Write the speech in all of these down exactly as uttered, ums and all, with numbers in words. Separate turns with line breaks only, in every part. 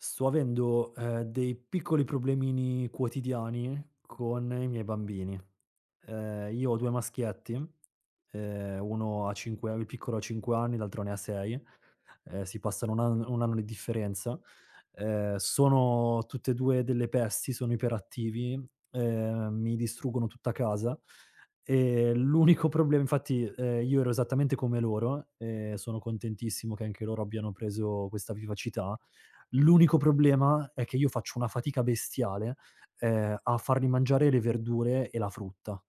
Sto avendo, ehm, dei piccoli problemini quotidiani con i miei bambini. Ehm, io ho due maschietti. ehm, uno ha cinque Il piccolo ha cinque anni, l'altro ne ha sei. Ehm, si passano uno ann un anno di differenza. Ehm, sono tutte e due delle pesti, sono iperattivi, ehm, mi distruggono tutta casa, e l'unico problema. Infatti, ehm, io ero esattamente come loro e sono contentissimo che anche loro abbiano preso questa vivacità. L'unico problema è che io faccio una fatica bestiale, ehm, a fargli mangiare le verdure e la frutta.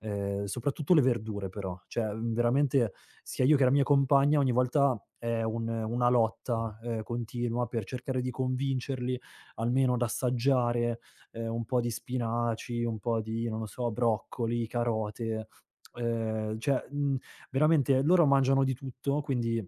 Ehm, soprattutto le verdure però, cioè, mhmm, veramente sia io che la mia compagna ogni volta è un una lotta, ehm, continua per cercare di convincerli almeno ad assaggiare, ehm, un po' di spinaci, un po' di, non lo so, broccoli, carote, ehm, cioè, mhmm, veramente loro mangiano di tutto, quindi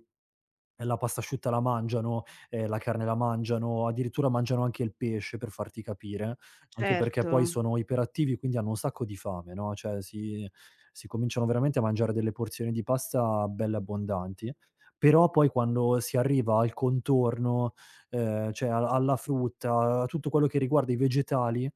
la pasta asciutta la mangiano, ehm, la carne la mangiano, addirittura mangiano anche il pesce per farti capire. Anche perché
Certo,
poi sono iperattivi, quindi hanno un sacco di fame, no, cioè si si cominciano veramente a mangiare delle porzioni di pasta belle abbondanti, però poi quando si arriva al contorno, ehm, cioè a alla frutta, a tutto quello che riguarda i vegetali,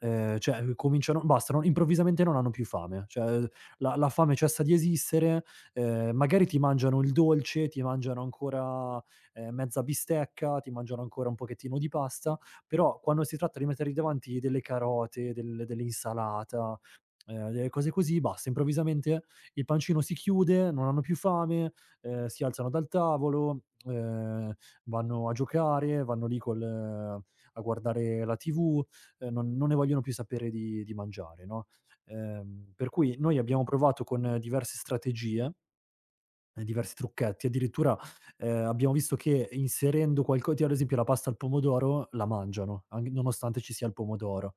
ehm, cioè eh, cominciano basta, non improvvisamente non hanno più fame, cioè eh, la la fame cessa di esistere. Ehm, magari ti mangiano il dolce, ti mangiano ancora, ehm, mezza bistecca, ti mangiano ancora un pochettino di pasta, però quando si tratta di mettergli davanti delle carote, del dell'insalata, ehm, delle cose così, basta, improvvisamente il pancino si chiude, non hanno più fame, ehm, si alzano dal tavolo, ehm, vanno a giocare, vanno lì col eh, a guardare la tivù. ehm, non non ne vogliono più sapere di di mangiare, no. Ehm, per cui noi abbiamo provato con eh, diverse strategie. Ehm, diversi trucchetti. Addirittura, ehm, abbiamo visto che inserendo qualco tipo ad esempio la pasta al pomodoro la mangiano, anche nonostante ci sia il pomodoro.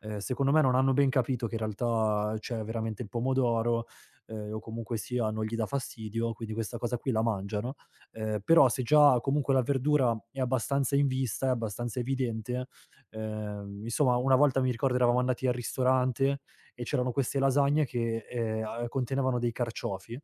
Ehm, secondo me non hanno ben capito che in realtà c'è veramente il pomodoro, ehm, o comunque sia non gli dà fastidio, quindi questa cosa qui la mangiano. Ehm, però se già comunque la verdura è abbastanza in vista, è abbastanza evidente, ehm, insomma una volta mi ricordo eravamo andati al ristorante e c'erano queste lasagne che, ehm, a contenevano dei carciofi.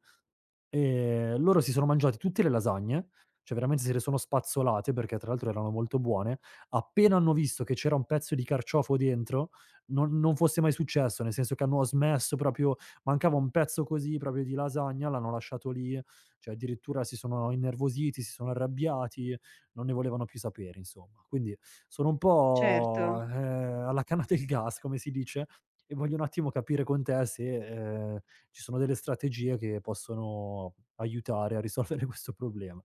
Ehm, loro si sono mangiati tutte le lasagne, cioè veramente se le sono spazzolate, perché tra l'altro erano molto buone. Appena hanno visto che c'era un pezzo di carciofo dentro, non non fosse mai successo, nel senso che hanno smesso proprio, mancava un pezzo così proprio di lasagna, l'hanno lasciato lì, cioè addirittura si sono innervositi, si sono arrabbiati, non ne volevano più sapere insomma. Quindi sono un
certo.
po', ehm, alla canna del gas, come si dice, e voglio un attimo capire con te se, ehm, ci sono delle strategie che possono aiutare a risolvere questo problema.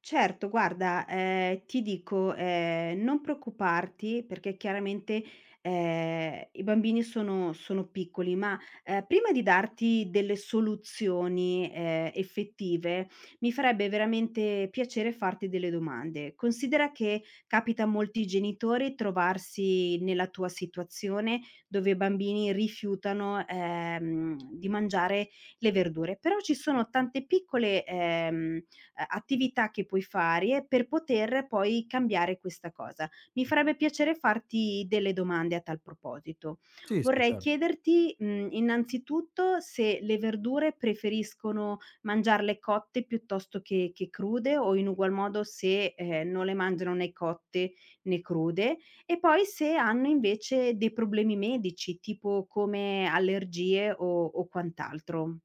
Certo, guarda, ehm, ti dico, ehm, non preoccuparti perché chiaramente, ehm, i bambini sono sono piccoli, ma, ehm, prima di darti delle soluzioni, ehm, effettive, mi farebbe veramente piacere farti delle domande. Considera che capita a molti genitori trovarsi nella tua situazione, dove i bambini rifiutano, ehm, di mangiare le verdure, però ci sono tante piccole, ehm ehm, attività che puoi fare per poter poi cambiare questa cosa. Mi farebbe piacere farti delle domande a tal proposito.
Sì, sì,
Vorrei
cer
chiederti, mhmm, innanzitutto se le verdure preferiscono mangiarle cotte piuttosto che che crude o in ugual modo se, ehm, non le mangiano né cotte né crude, e poi se hanno invece dei problemi medici tipo come allergie o o quant'altro.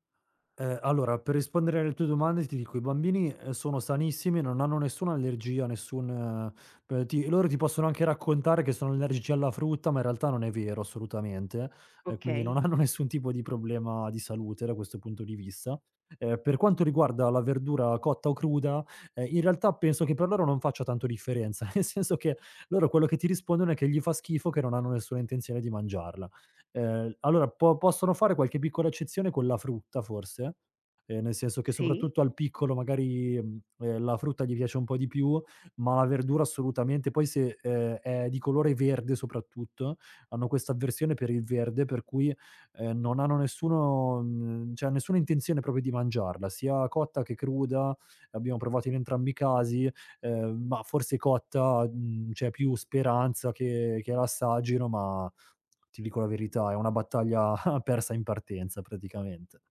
Ehm, allora, per rispondere alle tue domande ti dico i bambini, ehm, sono sanissimi, non hanno nessuna allergia, nessun p ti loro ti possono anche raccontare che sono allergici alla frutta, ma in realtà non è vero assolutamente, e quindi non
Okay,
hanno nessun tipo di problema di salute da questo punto di vista. Ehm, per quanto riguarda la verdura cotta o cruda, ehm, in realtà penso che per loro non faccia tanto differenza, nel senso che loro quello che ti rispondono è che gli fa schifo, che non hanno nessuna intenzione di mangiarla. Ehm, allora po possono fare qualche piccola eccezione con la frutta forse, ehm, nel senso che
sì.
soprattutto al piccolo magari, mhmm, ehm, la frutta gli piace un po' di più, ma la verdura assolutamente. Poi se, ehm, è di colore verde soprattutto, hanno questa avversione per il verde, per cui, ehm, non hanno nessuno mhmm, cioè nessuna intenzione proprio di mangiarla, sia cotta che cruda, l'abbiamo provato in entrambi i casi, ehm, ma forse cotta, mhmm, c'è più speranza che che la assaggino, ma ti dico la verità, è una battaglia persa in partenza praticamente.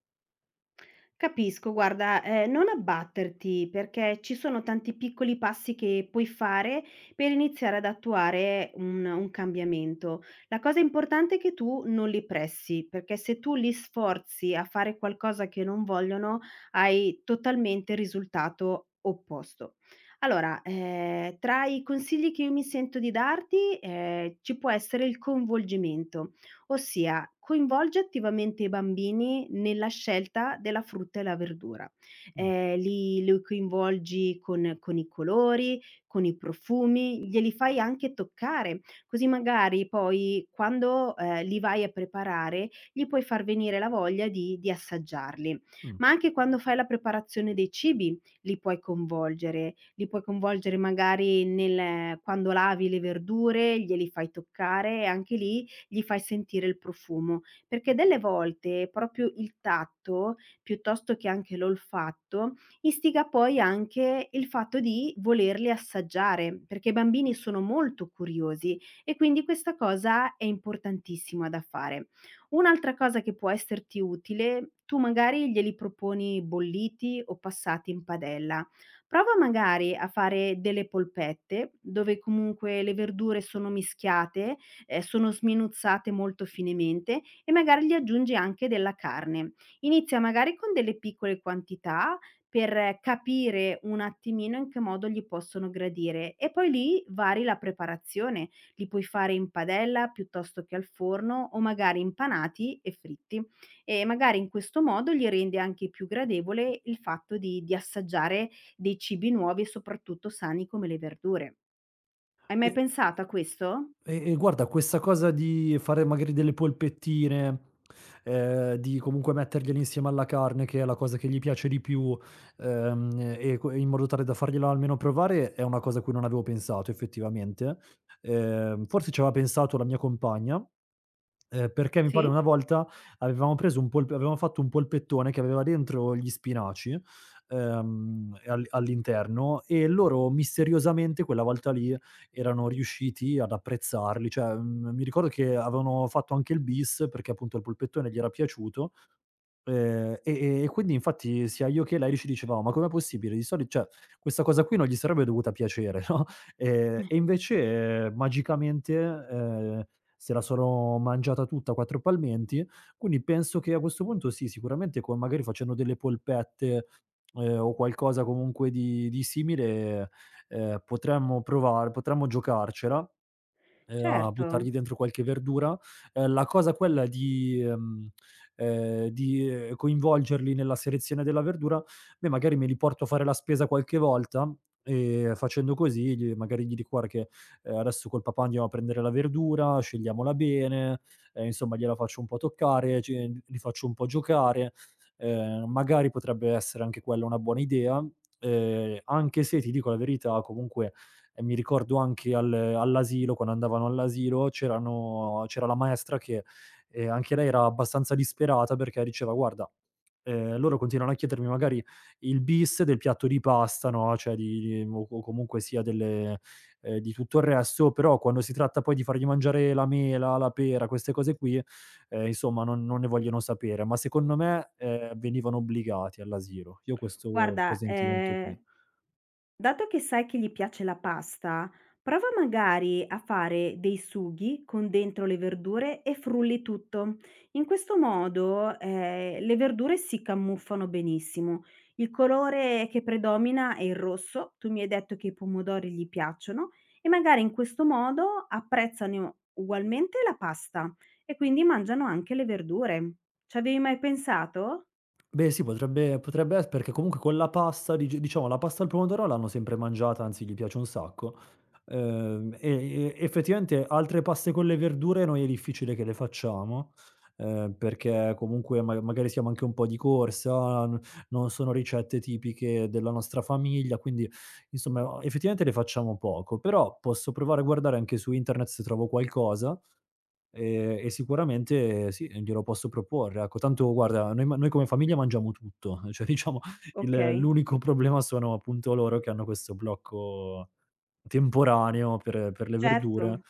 Capisco, guarda, ehm, non abbatterti perché ci sono tanti piccoli passi che puoi fare per iniziare ad attuare un un cambiamento. La cosa importante è che tu non li pressi, perché se tu li sforzi a fare qualcosa che non vogliono, hai totalmente il risultato opposto. Allora, ehm, tra i consigli che io mi sento di darti, ehm, ci può essere il coinvolgimento. Ossia, coinvolge attivamente i bambini nella scelta della frutta e la verdura.
Mh,
Ehm, li li coinvolgi con con i colori, con i profumi, glieli fai anche toccare, così magari poi quando, ehm, li vai a preparare, gli puoi far venire la voglia di di assaggiarli.
mh.
Ma anche quando fai la preparazione dei cibi li puoi coinvolgere, li puoi coinvolgere magari nel quando lavi le verdure, glieli fai toccare e anche lì gli fai sentire il profumo, perché delle volte proprio il tatto, piuttosto che anche l'olfatto, istiga poi anche il fatto di volerli assaggiare, perché i bambini sono molto curiosi e quindi questa cosa è importantissima da fare. Un'altra cosa che può esserti utile, tu magari glieli proponi bolliti o passati in padella. Prova magari a fare delle polpette, dove comunque le verdure sono mischiate ehm, sono sminuzzate molto finemente e magari gli aggiungi anche della carne. Inizia magari con delle piccole quantità per eh, capire un attimino in che modo gli possono gradire e poi lì vari la preparazione. Li puoi fare in padella piuttosto che al forno o magari impanati e fritti e magari in questo modo gli rende anche più gradevole il fatto di di assaggiare dei cibi nuovi e soprattutto sani come le verdure. Hai
Beh,
mai pensato a questo?
E e guarda, questa cosa di fare magari delle polpettine, ehm, di comunque mettergliele insieme alla carne, che è la cosa che gli piace di più, ehm, e co in modo tale da fargliela almeno provare, è una cosa a cui non avevo pensato effettivamente. Ehm, forse ci aveva pensato la mia compagna, ehm, perché mi pare
Sì?
una volta avevamo preso un polp avevamo fatto un polpettone che aveva dentro gli spinaci, ehm, e all all'interno, e loro misteriosamente quella volta lì erano riusciti ad apprezzarli. Cioè, mhmm, mi ricordo che avevano fatto anche il bis perché appunto il polpettone gli era piaciuto. Ehm, e e e quindi infatti sia io che lei ci dicevamo: "Ma com'è possibile? Di soli cioè, questa cosa qui non gli sarebbe dovuta piacere, no?" Ehm, e invece ehm, magicamente, ehm, se la sono mangiata tutta a quattro palmenti, quindi penso che a questo punto sì, sicuramente con magari facendo delle polpette, ehm, o qualcosa comunque di di simile, ehm, potremmo provar potremmo giocarcela. Ehm, a
Certo.
buttargli dentro qualche verdura. Ehm, la cosa quella di ehm, ehm, di, ehm, coinvolgerli nella selezione della verdura, beh, magari me li porto a fare la spesa qualche volta e facendo così gli magari gli dico: "Guarda che, ehm, adesso col papà andiamo a prendere la verdura, scegliamola bene". Ehm, insomma gliela faccio un po' toccare, ci li faccio un po' giocare. Ehm, magari potrebbe essere anche quella una buona idea, ehm, anche se ti dico la verità comunque, e mi ricordo anche al all'asilo, quando andavano all'asilo c'erano c'era la maestra che, ehm, anche lei era abbastanza disperata perché diceva: "Guarda, ehm, loro continuano a chiedermi magari il bis del piatto di pasta, no, cioè di o o comunque sia delle, ehm, di tutto il resto, però quando si tratta poi di fargli mangiare la mela, la pera, queste cose qui, ehm, insomma non non ne vogliono sapere". Ma secondo me, ehm, venivano obbligati all'asilo. Io ho questo
Guarda,
presentimento
ehm,
qui.
dato che sai che gli piace la pasta, prova magari a fare dei sughi con dentro le verdure e frulli tutto. In questo modo, ehm, le verdure si camuffano benissimo. Il colore che predomina è il rosso, tu mi hai detto che i pomodori gli piacciono e magari in questo modo apprezzano ugualmente la pasta e quindi mangiano anche le verdure. Ci avevi mai pensato?
Beh sì, potrebbe potrebbe es perché comunque con la pasta, dic diciamo la pasta al pomodoro l'hanno sempre mangiata, anzi gli piace un sacco, ehm, e e effettivamente altre paste con le verdure noi è difficile che le facciamo, ehm, perché comunque ma magari siamo anche un po' di corsa, n non sono ricette tipiche della nostra famiglia, quindi insomma effettivamente le facciamo poco, però posso provare a guardare anche su internet se trovo qualcosa. Ehm, e sicuramente sì, glielo posso proporre, ecco. Tanto guarda, noi ma noi come famiglia mangiamo tutto, cioè diciamo il
Okay,
l'unico problema sono appunto loro che hanno questo blocco temporaneo per per le verdure,
certo.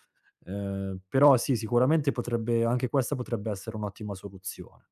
ehm, però sì, sicuramente potrebbe anche questa potrebbe essere un'ottima soluzione.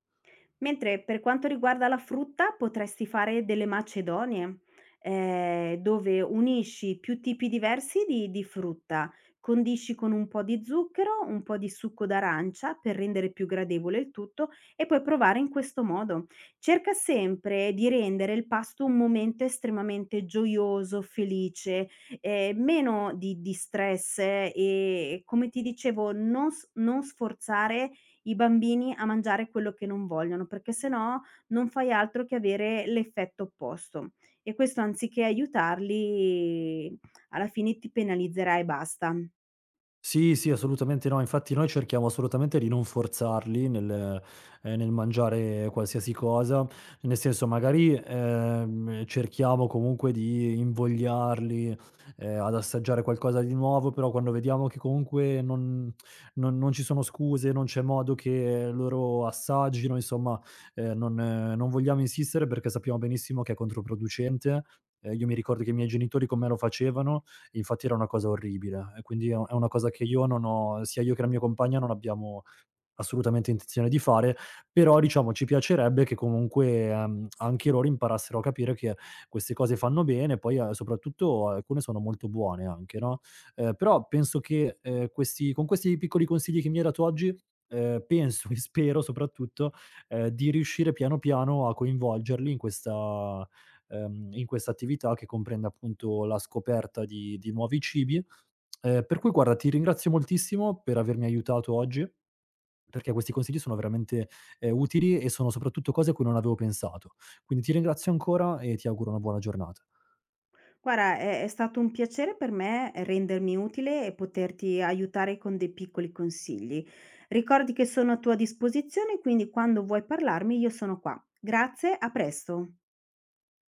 Mentre per quanto riguarda la frutta potresti fare delle macedonie, ehm, dove unisci più tipi diversi di di frutta, condisci con un po' di zucchero, un po' di succo d'arancia per rendere più gradevole il tutto e puoi provare in questo modo. Cerca sempre di rendere il pasto un momento estremamente gioioso, felice, ehm, meno di di stress eh, e, come ti dicevo, non s non sforzare i bambini a mangiare quello che non vogliono, perché se no non fai altro che avere l'effetto opposto. E questo anziché aiutarli alla fine ti penalizzerà e basta.
Sì, sì, assolutamente no. Infatti noi cerchiamo assolutamente di non forzarli nel ehm, nel mangiare qualsiasi cosa, nel senso magari, ehm, cerchiamo comunque di invogliarli, ehm, ad assaggiare qualcosa di nuovo, però quando vediamo che comunque non non non ci sono scuse, non c'è modo che loro assaggino, insomma, ehm, non eh, non vogliamo insistere perché sappiamo benissimo che è controproducente. Ehm, io mi ricordo che i miei genitori con me lo facevano. Infatti era una cosa orribile e quindi è è una cosa che io non ho sia io che la mia compagna non abbiamo assolutamente intenzione di fare, però diciamo ci piacerebbe che comunque, ehm, anche loro imparassero a capire che queste cose fanno bene, poi, ehm, soprattutto alcune sono molto buone anche, no, ehm, però penso che, ehm, questi con questi piccoli consigli che mi hai dato oggi, ehm, penso e spero soprattutto, ehm, di riuscire piano piano a coinvolgerli in questa, ehm, in questa attività che comprende appunto la scoperta di di nuovi cibi, ehm, per cui guarda ti ringrazio moltissimo per avermi aiutato oggi. Perché questi consigli sono veramente, ehm, utili e sono soprattutto cose a cui non avevo pensato. Quindi ti ringrazio ancora e ti auguro una buona giornata.
Guarda, è è stato un piacere per me rendermi utile e poterti aiutare con dei piccoli consigli. Ricordi che sono a tua disposizione, quindi quando vuoi parlarmi io sono qua. Grazie, a presto.